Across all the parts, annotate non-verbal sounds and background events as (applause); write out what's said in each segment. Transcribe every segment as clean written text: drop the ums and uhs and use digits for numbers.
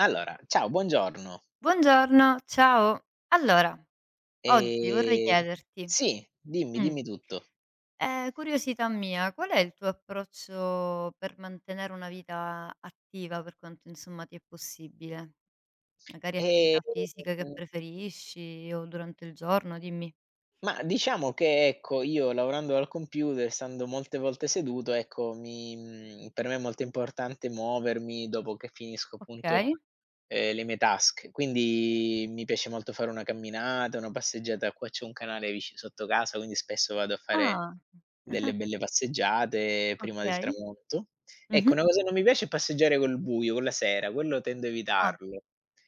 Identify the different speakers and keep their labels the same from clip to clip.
Speaker 1: Allora, ciao, buongiorno.
Speaker 2: Buongiorno, ciao. Allora, oggi vorrei
Speaker 1: Ehm
Speaker 2: chiederti,
Speaker 1: sì, dimmi,
Speaker 2: mh,
Speaker 1: dimmi tutto.
Speaker 2: curiosità mia, qual è il tuo approccio per mantenere una vita attiva per quanto insomma ti è possibile? Magari
Speaker 1: Ehm
Speaker 2: attività fisica che preferisci o durante il giorno, dimmi.
Speaker 1: Ma diciamo che, ecco, io lavorando al computer, stando molte volte seduto, ecco, per me è molto importante muovermi dopo che finisco appunto,
Speaker 2: Okay.
Speaker 1: le mie task. Quindi mi piace molto fare una camminata, una passeggiata. Qua c'è un canale vici sotto casa, quindi spesso vado a fare
Speaker 2: Ah,
Speaker 1: delle belle passeggiate prima del
Speaker 2: okay.
Speaker 1: tramonto. Ecco,
Speaker 2: Mh-mh.
Speaker 1: una cosa che non mi piace è passeggiare col buio, con la sera, quello tendo a
Speaker 2: Ah,
Speaker 1: evitarlo.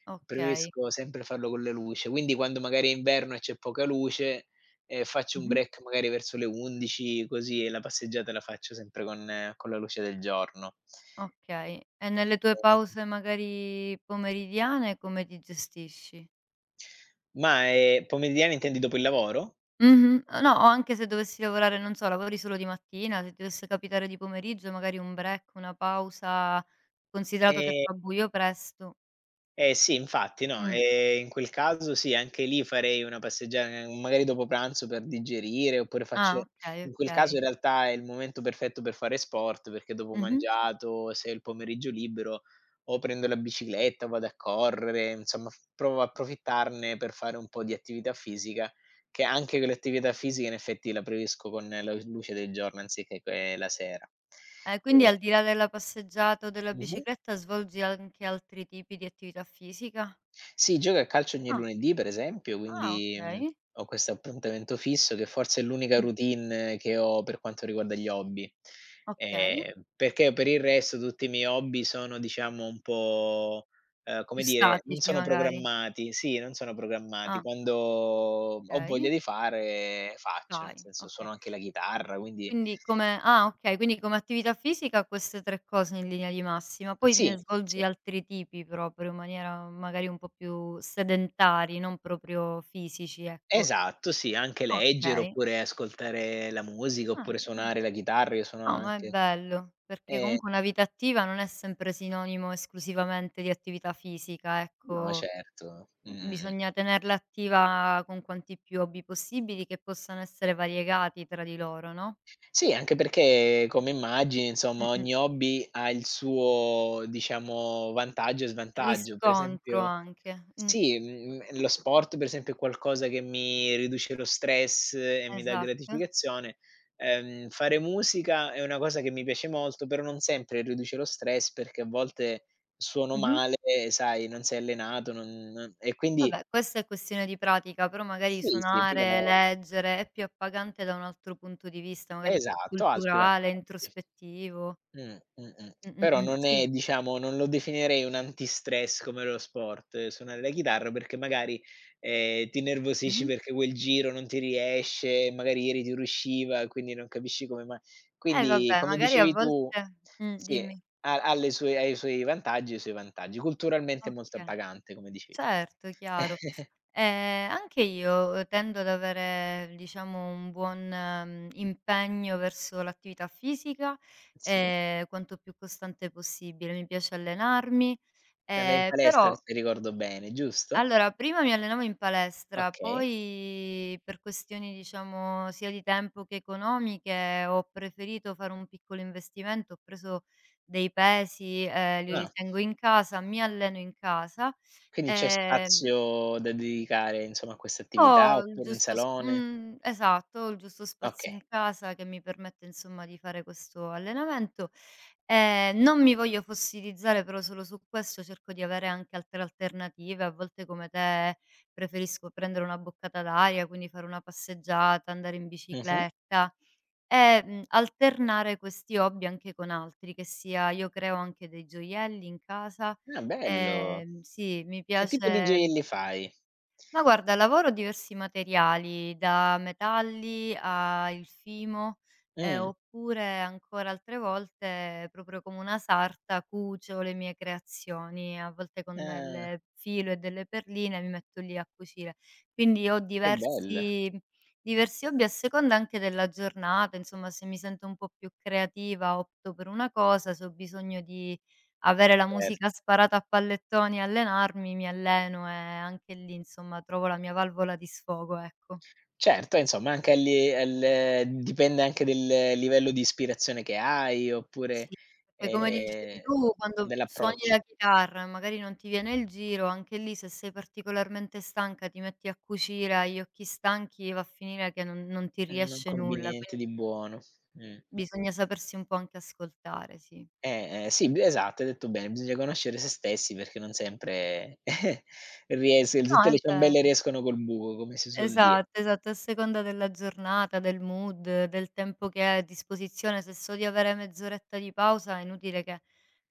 Speaker 2: okay.
Speaker 1: Preferisco sempre farlo con le luce, quindi quando magari è inverno e c'è poca luce, e faccio un
Speaker 2: Mh-mh.
Speaker 1: break magari verso le 11, così e la passeggiata la faccio sempre con la luce del giorno.
Speaker 2: Okay. E nelle tue
Speaker 1: Ehm,
Speaker 2: pause magari pomeridiane come ti gestisci?
Speaker 1: ma, pomeridiana intendi dopo il lavoro?
Speaker 2: Mh-mh. No, o anche se dovessi lavorare, non so, lavori solo di mattina, se ti dovesse capitare di pomeriggio, magari un break, una pausa, considerato che
Speaker 1: Ehm
Speaker 2: fa buio presto.
Speaker 1: Eh sì, infatti, no,
Speaker 2: Mh.
Speaker 1: in quel caso sì, anche lì farei una passeggiata, magari dopo pranzo per digerire, oppure faccio,
Speaker 2: Ah, okay,
Speaker 1: in quel caso
Speaker 2: okay.
Speaker 1: in realtà è il momento perfetto per fare sport, perché dopo
Speaker 2: Mh-mh.
Speaker 1: mangiato, se ho il pomeriggio libero, o prendo la bicicletta, o vado a correre, insomma f provo a approfittarne per fare un po' di attività fisica, che anche con l'attività fisica in effetti la preferisco con la luce del giorno anziché che la sera.
Speaker 2: E quindi al
Speaker 1: E
Speaker 2: di là della passeggiata o della
Speaker 1: Mh-mh.
Speaker 2: bicicletta svolgi anche altri tipi di attività fisica?
Speaker 1: Sì, gioca a calcio ogni
Speaker 2: Ah,
Speaker 1: lunedì per esempio,
Speaker 2: ah
Speaker 1: quindi,
Speaker 2: okay.
Speaker 1: ho questo appuntamento fisso che forse è l'unica
Speaker 2: Mh,
Speaker 1: routine che ho per quanto riguarda gli hobby.
Speaker 2: okay.
Speaker 1: Perché per il resto tutti i miei hobby sono diciamo un po', come
Speaker 2: Più
Speaker 1: dire, non
Speaker 2: statici
Speaker 1: sono
Speaker 2: magari.
Speaker 1: programmati, sì, non sono programmati.
Speaker 2: Ah,
Speaker 1: Quando ho voglia
Speaker 2: okay.
Speaker 1: di fare, faccio, nel
Speaker 2: Fai,
Speaker 1: senso
Speaker 2: oka
Speaker 1: suono anche la chitarra, quindi
Speaker 2: Quindi come Ah, okay. Quindi come attività fisica queste tre cose in linea di massima, poi
Speaker 1: sì,
Speaker 2: ne svolgi
Speaker 1: sì.
Speaker 2: altri tipi proprio in maniera magari un po' più sedentari, non proprio fisici, ecco.
Speaker 1: Esatto, sì, anche leggere
Speaker 2: Okay.
Speaker 1: oppure ascoltare la musica,
Speaker 2: Ah,
Speaker 1: oppure
Speaker 2: mh.
Speaker 1: suonare la chitarra, io suono
Speaker 2: No, ma è
Speaker 1: anche.
Speaker 2: bello, perché
Speaker 1: Ehm,
Speaker 2: comunque una vita attiva non è sempre sinonimo esclusivamente di attività fisica,
Speaker 1: no,
Speaker 2: ecco.
Speaker 1: certo. Mh-mh-mh.
Speaker 2: Bisogna tenerla attiva con quanti più hobby possibili che possano essere variegati tra di loro, no.
Speaker 1: Sì, anche perché come immagini, insomma,
Speaker 2: Mh-mh.
Speaker 1: ogni hobby ha il suo, diciamo, vantaggio e svantaggio. Per
Speaker 2: Riscontro
Speaker 1: esempio
Speaker 2: anche. Mh.
Speaker 1: sì, lo sport per esempio è qualcosa che mi riduce lo stress e mi dà
Speaker 2: Esatto.
Speaker 1: gratificazione. Fare musica è una cosa che mi piace molto, però non sempre riduce lo stress, perché a volte suono
Speaker 2: Mh-mh.
Speaker 1: male, sai, non sei allenato, non e quindi
Speaker 2: Vabbè, questa è questione di pratica, però magari
Speaker 1: sì, sì,
Speaker 2: suonare,
Speaker 1: però.
Speaker 2: leggere è più appagante da un altro punto di vista, magari più
Speaker 1: Esatto, altri
Speaker 2: culturale,
Speaker 1: vantaggi.
Speaker 2: introspettivo.
Speaker 1: Mh-mh. Però non
Speaker 2: Sì.
Speaker 1: è, diciamo, non lo definirei un antistress come lo sport, suonare la chitarra, perché magari, ti innervosisci
Speaker 2: Mh-mh.
Speaker 1: perché quel giro non ti riesce, magari ieri ti riusciva, quindi non capisci come mai,
Speaker 2: Eh
Speaker 1: quindi
Speaker 2: vabbè,
Speaker 1: come
Speaker 2: magari a
Speaker 1: dicevi tu
Speaker 2: volte
Speaker 1: sì,
Speaker 2: dimmi.
Speaker 1: ha ha le sue ha i suoi vantaggi e i suoi vantaggi. Culturalmente è molto
Speaker 2: Okay.
Speaker 1: appagante, come dicevi tu.
Speaker 2: Certo, chiaro.
Speaker 1: (laughs)
Speaker 2: Anche io, tendo ad avere diciamo un buon, impegno verso l'attività fisica,
Speaker 1: Sì,
Speaker 2: quanto più costante possibile. Mi piace allenarmi,
Speaker 1: te andai in palestra
Speaker 2: però.
Speaker 1: se ricordo bene, giusto?
Speaker 2: Allora, prima mi allenavo in palestra,
Speaker 1: Okay.
Speaker 2: poi per questioni, diciamo, sia di tempo che economiche, ho preferito fare un piccolo investimento, ho preso dei pesi, li
Speaker 1: Ah.
Speaker 2: tengo in casa, mi alleno in casa,
Speaker 1: Quindi c'è
Speaker 2: ehm
Speaker 1: spazio da dedicare, insomma, a queste attività
Speaker 2: ho il
Speaker 1: oppure in
Speaker 2: giusto sp
Speaker 1: salone?
Speaker 2: esatto, ho il giusto spazio
Speaker 1: Okay.
Speaker 2: in casa che mi permette insomma di fare questo allenamento. Non mi voglio fossilizzare però solo su questo, cerco di avere anche altre alternative. A volte come te preferisco prendere una boccata d'aria, quindi fare una passeggiata, andare in
Speaker 1: Mh-mh.
Speaker 2: bicicletta e, alternare questi hobby anche con altri, che sia io creo anche dei gioielli in casa.
Speaker 1: Ah, bello.
Speaker 2: Sì, mi
Speaker 1: Che tipo di
Speaker 2: piace.
Speaker 1: gioielli fai?
Speaker 2: Ma guarda, lavoro diversi materiali, da metalli a il fimo,
Speaker 1: Mh.
Speaker 2: oppure ancora altre volte proprio come una sarta cucio le mie creazioni, a volte con
Speaker 1: Ah,
Speaker 2: del filo e delle perline mi metto lì a cucire. Quindi ho
Speaker 1: che bello.
Speaker 2: diversi hobby a seconda anche della giornata, insomma se mi sento un po' più creativa opto per una cosa, se ho bisogno di avere la
Speaker 1: Cer
Speaker 2: musica sparata a pallettoni e allenarmi, mi alleno e anche lì, insomma, trovo la mia valvola di sfogo, ecco.
Speaker 1: certo, insomma anche agli al dipende anche del livello di ispirazione che hai oppure,
Speaker 2: Sì, perché come dicevi
Speaker 1: ehm,
Speaker 2: tu, quando suoni
Speaker 1: dell'approccio.
Speaker 2: la chitarra e magari non ti viene il giro, anche lì se sei particolarmente stanca ti metti a cucire, hai gli occhi stanchi, va a finire che non ti
Speaker 1: Non
Speaker 2: riesce
Speaker 1: combini
Speaker 2: nulla,
Speaker 1: niente
Speaker 2: quindi
Speaker 1: di buono. Mh.
Speaker 2: bisogna sapersi un po' anche ascoltare, sì.
Speaker 1: Eh, sì, b esatto, hai detto bene, bisogna conoscere se stessi, perché non sempre (laughs) ries
Speaker 2: No,
Speaker 1: tutte
Speaker 2: è
Speaker 1: le
Speaker 2: vero.
Speaker 1: ciambelle riescono col buco, come si suol dire.
Speaker 2: Esatto, esatto, a seconda della giornata, del mood, del tempo che hai a disposizione, se so di avere mezz'oretta di pausa è inutile che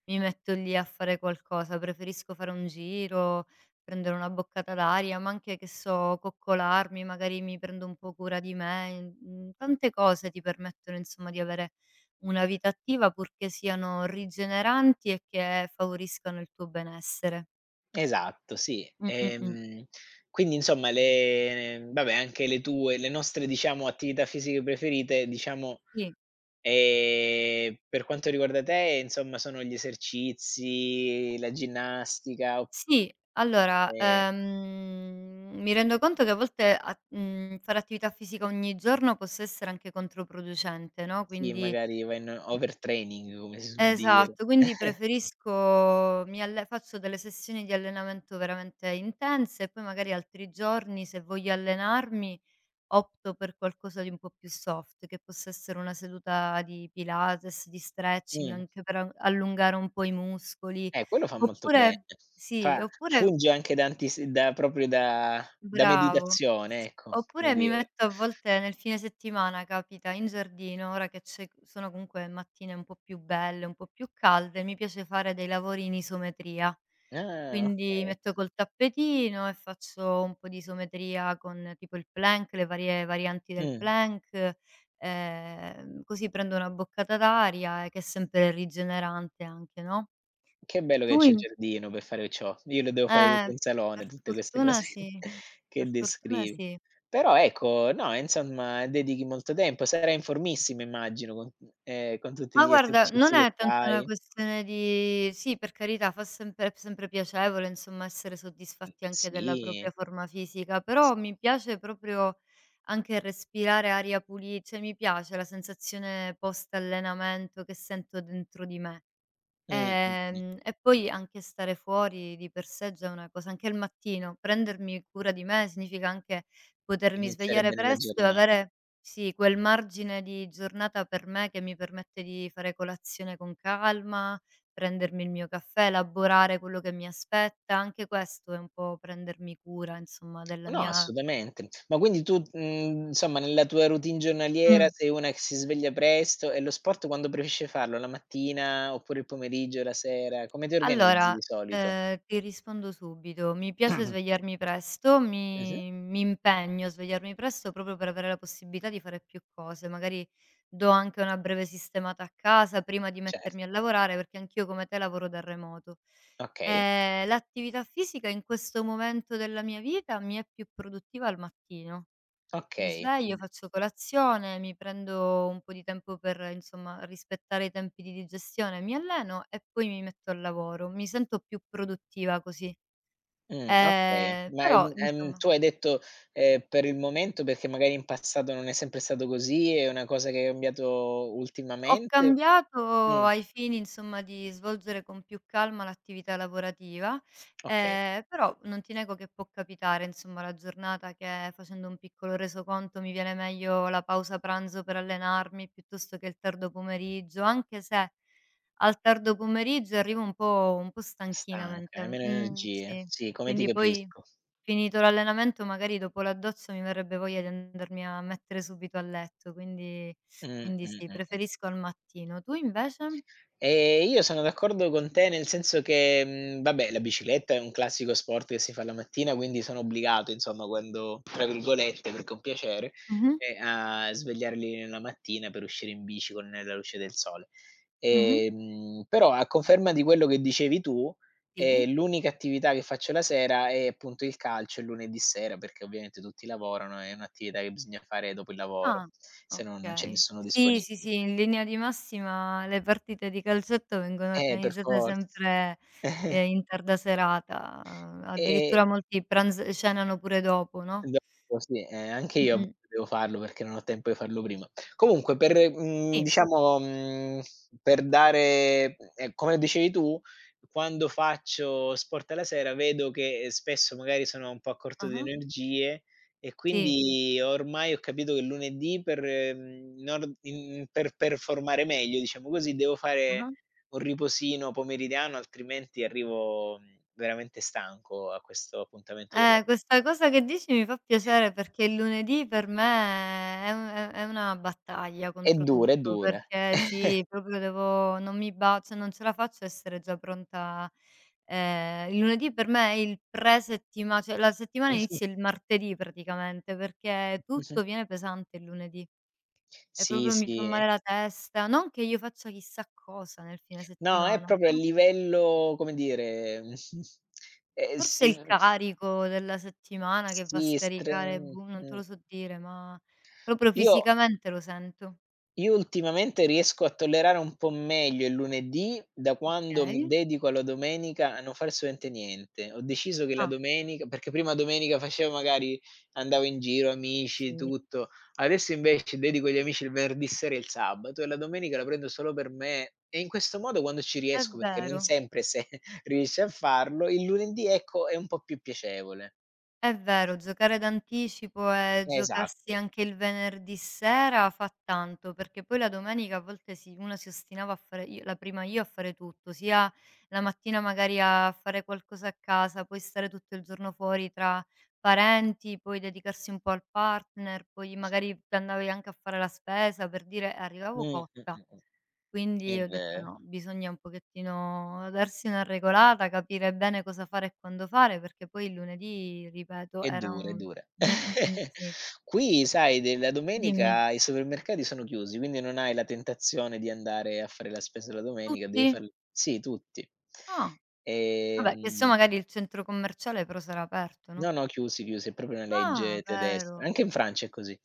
Speaker 2: mi metto lì a fare qualcosa, preferisco fare un giro, prendere una boccata d'aria, ma anche che so, coccolarmi, magari mi prendo un po' cura di me, tante cose ti permettono insomma di avere una vita attiva purché siano rigeneranti e che favoriscano il tuo benessere.
Speaker 1: Esatto, sì.
Speaker 2: Mh, mh, mh.
Speaker 1: Quindi insomma le vabbè, anche le nostre, diciamo, attività fisiche preferite, diciamo,
Speaker 2: Sì.
Speaker 1: per quanto riguarda te, insomma, sono gli esercizi, la ginnastica
Speaker 2: Sì, allora,
Speaker 1: oppure
Speaker 2: mi rendo conto che a volte fare attività fisica ogni giorno possa essere anche controproducente, no,
Speaker 1: sì,
Speaker 2: quindi
Speaker 1: magari vai in overtraining come si suol dire.
Speaker 2: esatto, quindi preferisco mi alle faccio delle sessioni di allenamento veramente intense e poi magari altri giorni, se voglio allenarmi, opto per qualcosa di un po' più soft, che possa essere una seduta di Pilates, di stretching,
Speaker 1: Mh.
Speaker 2: anche per a allungare un po' i muscoli,
Speaker 1: Quello fa molto bene.
Speaker 2: oppure sì,
Speaker 1: Fa
Speaker 2: oppure
Speaker 1: Funge anche da antis da proprio da da
Speaker 2: bravo.
Speaker 1: meditazione, ecco, come
Speaker 2: Oppure mi
Speaker 1: dire.
Speaker 2: metto a volte nel fine settimana, capita, in giardino, ora che c'è sono comunque mattine un po' più belle, un po' più calde, mi piace fare dei lavori in isometria.
Speaker 1: Ah,
Speaker 2: Quindi
Speaker 1: okay.
Speaker 2: metto col tappetino e faccio un po' di isometria con tipo il plank, le varie varianti del
Speaker 1: Mh,
Speaker 2: plank, così prendo una boccata d'aria e che è sempre rigenerante anche, no.
Speaker 1: che bello che
Speaker 2: Tu
Speaker 1: c'è il
Speaker 2: in
Speaker 1: giardino per fare ciò. Io lo devo fare tutto
Speaker 2: eh,
Speaker 1: in salone,
Speaker 2: per
Speaker 1: tutte queste
Speaker 2: fortuna
Speaker 1: cose
Speaker 2: sì,
Speaker 1: (laughs)
Speaker 2: per
Speaker 1: che
Speaker 2: fortuna
Speaker 1: descrivi.
Speaker 2: sì.
Speaker 1: Però ecco, no, insomma, dedichi molto tempo, sarai in formissima immagino con con tutti
Speaker 2: Ma
Speaker 1: gli
Speaker 2: guarda, non
Speaker 1: esercizi che
Speaker 2: è tanto una
Speaker 1: fai.
Speaker 2: questione di sì, per carità, fa sempre è sempre piacevole, insomma, essere soddisfatti anche della
Speaker 1: Sì.
Speaker 2: propria forma fisica,
Speaker 1: S
Speaker 2: però mi piace proprio anche respirare aria puli cioè mi piace la sensazione post allenamento che sento dentro di me.
Speaker 1: Mh, mh.
Speaker 2: E poi anche stare fuori di per sé già è una cosa anche al mattino, prendermi cura di me significa anche potermi
Speaker 1: Iniziare
Speaker 2: svegliare
Speaker 1: bene la
Speaker 2: presto e
Speaker 1: giorna.
Speaker 2: avere sì, quel margine di giornata per me che mi permette di fare colazione con calma, prendermi il mio caffè, elaborare quello che mi aspetta. Anche questo è un po' prendermi cura, insomma, della
Speaker 1: No,
Speaker 2: mia
Speaker 1: assolutamente. Ma quindi tu, insomma nella tua routine
Speaker 2: mh.
Speaker 1: giornaliera sei una che si sveglia presto e lo sport quando preferisci farlo? La mattina oppure il pomeriggio, la sera? Come ti organizzi
Speaker 2: Allora,
Speaker 1: di solito?
Speaker 2: ti rispondo subito. Mi piace
Speaker 1: (coughs)
Speaker 2: svegliarmi presto,
Speaker 1: Mh-mh,
Speaker 2: mi impegno a svegliarmi presto proprio per avere la possibilità di fare più cose. Magari do anche una breve sistemata a casa prima di
Speaker 1: certo.
Speaker 2: mettermi a lavorare, perché anch'io come te lavoro da remoto.
Speaker 1: Okay,
Speaker 2: L'attività fisica in questo momento della mia vita mi è più produttiva al mattino. Mi
Speaker 1: okay. Mh.
Speaker 2: sveglio, faccio colazione, mi prendo un po' di tempo per, insomma, rispettare i tempi di digestione, mi alleno e poi mi metto al lavoro. Mi sento più produttiva così.
Speaker 1: Okay. Ma,
Speaker 2: Però insomma,
Speaker 1: tu hai detto, per il momento, perché magari in passato non è sempre stato così, è una cosa che hai cambiato
Speaker 2: ho
Speaker 1: ultimamente?
Speaker 2: cambiato
Speaker 1: Mh,
Speaker 2: ai fini, insomma, di svolgere con più calma l'attività lavorativa,
Speaker 1: okay.
Speaker 2: però non ti nego che può capitare, insomma, la giornata che facendo un piccolo resoconto mi viene meglio la pausa pranzo per allenarmi piuttosto che il tardo pomeriggio, anche se al tardo pomeriggio arrivo un po' stanchina
Speaker 1: Stanca, hai
Speaker 2: mental
Speaker 1: meno energie.
Speaker 2: sì.
Speaker 1: Sì, come ti
Speaker 2: Quindi poi
Speaker 1: capisco.
Speaker 2: finito l'allenamento magari dopo la doccia mi verrebbe voglia di andarmi a mettere subito a letto, quindi
Speaker 1: Mh,
Speaker 2: quindi
Speaker 1: mh,
Speaker 2: sì,
Speaker 1: mh, mh.
Speaker 2: preferisco al mattino. Tu invece?
Speaker 1: Io sono d'accordo con te, nel senso che, vabbè, la bicicletta è un classico sport che si fa la mattina, quindi sono obbligato insomma, quando, tra virgolette, perché è un piacere,
Speaker 2: Mh-mh,
Speaker 1: a svegliarli la mattina per uscire in bici con la luce del sole.
Speaker 2: mh-mh.
Speaker 1: Però a conferma di quello che dicevi tu,
Speaker 2: Sì?
Speaker 1: l'unica attività che faccio la sera è appunto il calcio, il lunedì sera, perché ovviamente tutti lavorano, è un'attività che bisogna fare dopo il lavoro,
Speaker 2: Ah,
Speaker 1: se no non c'è
Speaker 2: okay.
Speaker 1: nessuno
Speaker 2: Sì, sì,
Speaker 1: disponibile.
Speaker 2: sì, in linea di massima le partite di calcetto vengono
Speaker 1: Per
Speaker 2: organizzate
Speaker 1: forza.
Speaker 2: sempre,
Speaker 1: (laughs)
Speaker 2: in tarda serata,
Speaker 1: E
Speaker 2: addirittura molti pranz cenano pure dopo, no?
Speaker 1: Esatto, sì, anche io a
Speaker 2: Mh-mh.
Speaker 1: volte devo farlo perché non ho tempo di farlo prima. Comunque per,
Speaker 2: Sì.
Speaker 1: diciamo, per dare, come dicevi tu, quando faccio sport alla sera vedo che spesso magari sono un po' a corto di
Speaker 2: Ah-ah.
Speaker 1: energie e
Speaker 2: Sì.
Speaker 1: quindi ormai ho capito che lunedì, per, mhmm, non in per performare meglio, diciamo così, devo fare
Speaker 2: Ah-ah.
Speaker 1: un riposino pomeridiano, altrimenti arrivo, veramente stanco a questo appuntamento della.
Speaker 2: Questa cosa che dici mi fa piacere perché il lunedì per me è u è una battaglia
Speaker 1: È
Speaker 2: contro
Speaker 1: dura, è
Speaker 2: tutto,
Speaker 1: dura.
Speaker 2: perché
Speaker 1: (laughs)
Speaker 2: sì, proprio devo non mi ba cioè non ce la faccio a essere già pronta. Il lunedì per me è il pre-settima cioè la settimana
Speaker 1: Mh-mh,
Speaker 2: inizia il martedì praticamente, perché
Speaker 1: mh-mh.
Speaker 2: tutto viene pesante il lunedì e
Speaker 1: Sì,
Speaker 2: proprio mi fa
Speaker 1: sì.
Speaker 2: male la testa, non che io faccia chissà cosa nel fine
Speaker 1: No, è
Speaker 2: settimana,
Speaker 1: proprio a
Speaker 2: però.
Speaker 1: livello, come dire, (laughs)
Speaker 2: Forse
Speaker 1: sì,
Speaker 2: il carico della settimana che va a
Speaker 1: sì, stre
Speaker 2: scaricare, boh, non te
Speaker 1: mh.
Speaker 2: lo so dire, ma proprio
Speaker 1: Io
Speaker 2: fisicamente lo sento.
Speaker 1: Io ultimamente riesco a tollerare un po' meglio il lunedì, da quando mi
Speaker 2: Okay.
Speaker 1: dedico alla domenica a non fare assolutamente niente. Ho deciso che la
Speaker 2: Ah,
Speaker 1: domenica, perché prima domenica facevo, magari andavo in giro, amici,
Speaker 2: sì.
Speaker 1: tutto. Adesso invece dedico agli amici il venerdì sera e il sabato, e la domenica la prendo solo per me, e in questo modo, quando ci
Speaker 2: È
Speaker 1: riesco, perché non
Speaker 2: vero.
Speaker 1: sempre se (laughs) riesci a farlo, il lunedì ecco è un po' più piacevole.
Speaker 2: È vero, giocare d'anticipo e giocarsi
Speaker 1: Esatto.
Speaker 2: anche il venerdì sera fa tanto, perché poi la domenica a volte uno si ostinava a fare io la prima io a fare tutto, sia la mattina magari a fare qualcosa a casa, poi stare tutto il giorno fuori tra parenti, poi dedicarsi un po' al partner, poi magari andavi anche a fare la spesa, per dire, e arrivavo
Speaker 1: Mh, mh,
Speaker 2: cotta.
Speaker 1: mh, mh. È
Speaker 2: Quindi ho detto:
Speaker 1: ve
Speaker 2: "No, bisogna un pochettino darsi una regolata, capire bene cosa fare e quando fare", perché poi il lunedì, ripeto,
Speaker 1: È
Speaker 2: era
Speaker 1: dura, è
Speaker 2: un
Speaker 1: dura. (laughs)
Speaker 2: sì.
Speaker 1: Qui sai, de la
Speaker 2: Dimmi.
Speaker 1: domenica i supermercati sono chiusi, quindi non hai la tentazione di andare a fare la spesa la domenica, devi
Speaker 2: Tutti?
Speaker 1: far, sì, tutti.
Speaker 2: Ah, vabbè, che so
Speaker 1: Ehm
Speaker 2: magari il centro commerciale però sarà aperto,
Speaker 1: no,
Speaker 2: no?
Speaker 1: no, chiusi, chiusi, è proprio una legge
Speaker 2: Ah,
Speaker 1: tedesca.
Speaker 2: vero,
Speaker 1: Anche in Francia è così.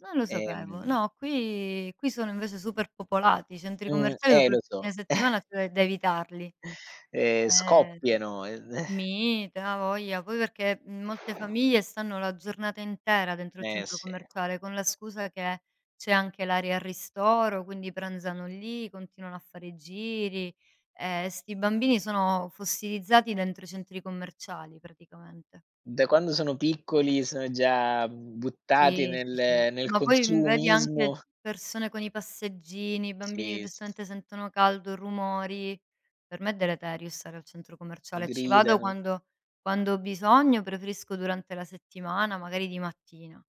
Speaker 2: non lo sapevo.
Speaker 1: Ehm,
Speaker 2: No, qui sono invece super popolati, i centri commerciali dopo
Speaker 1: Lo
Speaker 2: il
Speaker 1: so.
Speaker 2: fine settimana,
Speaker 1: (laughs)
Speaker 2: cioè da evitarli. Eh
Speaker 1: Scoppiano. Eh
Speaker 2: Mite, ha voglia. Poi perché, molte famiglie stanno la giornata intera dentro il
Speaker 1: eh,
Speaker 2: centro
Speaker 1: sì.
Speaker 2: commerciale, con la scusa che c'è anche l'area al ristoro, quindi pranzano lì, continuano a fare i giri. 'Sti bambini sono fossilizzati dentro i centri commerciali praticamente.
Speaker 1: Da quando sono piccoli sono già buttati
Speaker 2: Sì, sì, sì.
Speaker 1: nel
Speaker 2: Ma poi, vedi anche
Speaker 1: consumismo.
Speaker 2: persone con i passeggini, bambini che
Speaker 1: Sì, sì.
Speaker 2: giustamente sentono caldo, rumori. Per me è deleterio stare al centro commerciale. Ci vado
Speaker 1: Gridano.
Speaker 2: quando ho bisogno, preferisco durante la settimana, magari di mattina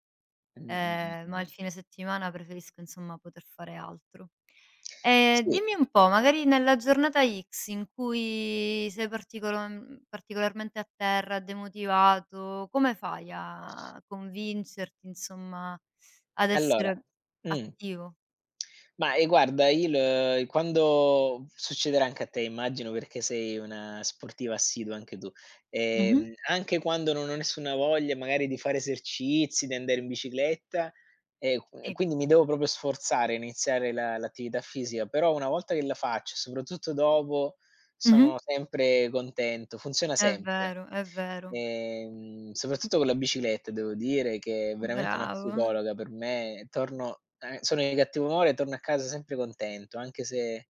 Speaker 1: Mh, mh, mh,
Speaker 2: ma il
Speaker 1: mh.
Speaker 2: fine settimana preferisco insomma poter fare altro.
Speaker 1: Sì,
Speaker 2: Dimmi un po', magari nella giornata X in cui sei particolarmente a terra, demotivato, come fai a convincerti insomma ad
Speaker 1: allora,
Speaker 2: essere
Speaker 1: mh.
Speaker 2: attivo?
Speaker 1: Ma e guarda, il quando succederà anche a te immagino, perché sei una sportiva assidua anche tu,
Speaker 2: Mh-mh.
Speaker 1: anche quando non ho nessuna voglia magari di fare esercizi, di andare in bicicletta, e q
Speaker 2: Sì.
Speaker 1: quindi mi devo proprio sforzare a iniziare la l'attività fisica, però una volta che la faccio, soprattutto dopo,
Speaker 2: Mh-mh.
Speaker 1: sono sempre contento, funziona
Speaker 2: È
Speaker 1: sempre.
Speaker 2: vero, è vero.
Speaker 1: Soprattutto con la bicicletta devo dire che è veramente una
Speaker 2: Bravo.
Speaker 1: psicologa per me. Torno Sono di cattivo umore e torno a casa sempre contento, anche se,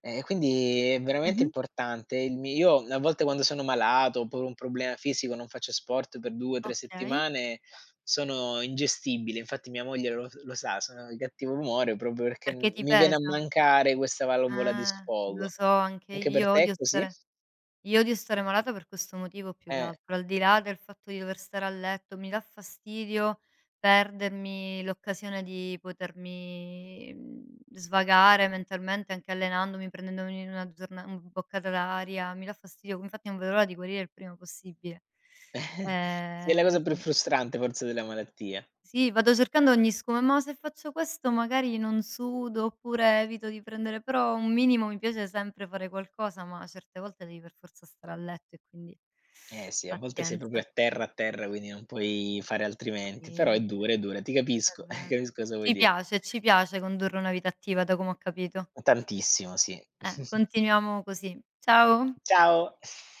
Speaker 1: quindi è veramente
Speaker 2: Mh-mh.
Speaker 1: importante. Il mi io a volte quando sono malato, ho pure un problema fisico, non faccio sport per 2, 3
Speaker 2: Okay.
Speaker 1: settimane, sono ingestibile. Infatti mia moglie lo sa, sono di cattivo umore proprio perché
Speaker 2: Perché ti
Speaker 1: mi viene a
Speaker 2: pesa?
Speaker 1: mancare questa valvola di
Speaker 2: Lo
Speaker 1: sfogo.
Speaker 2: so anche
Speaker 1: Anche per
Speaker 2: io,
Speaker 1: te è
Speaker 2: odio
Speaker 1: così?
Speaker 2: stare io odio stare malata per questo motivo più che
Speaker 1: Eh.
Speaker 2: altro, al di là del fatto di dover stare a letto, mi dà fastidio perdermi l'occasione di potermi, svagare mentalmente anche allenandomi, prendendomi una giorna un boccata d'aria, mi dà fastidio, infatti non vedo l'ora di guarire il prima possibile.
Speaker 1: (laughs) Sì, è la cosa più
Speaker 2: Sì.
Speaker 1: frustrante forse della malattia.
Speaker 2: Sì, vado cercando ogni scusa, ma se faccio questo magari non sudo, oppure evito di prendere però un minimo mi piace sempre fare qualcosa, ma certe volte devi per forza stare a letto e quindi
Speaker 1: Eh sì, a volte sei proprio
Speaker 2: pazienza.
Speaker 1: a terra, quindi non puoi fare altrimenti,
Speaker 2: Sì,
Speaker 1: però è
Speaker 2: anche
Speaker 1: dura, è dura. Ti
Speaker 2: è
Speaker 1: capisco, (laughs)
Speaker 2: vero.
Speaker 1: capisco cosa vuoi dire.
Speaker 2: Ci piace condurre una vita attiva da come ho capito.
Speaker 1: Tantissimo, sì. (laughs)
Speaker 2: Continuiamo così. Ciao.
Speaker 1: Ciao.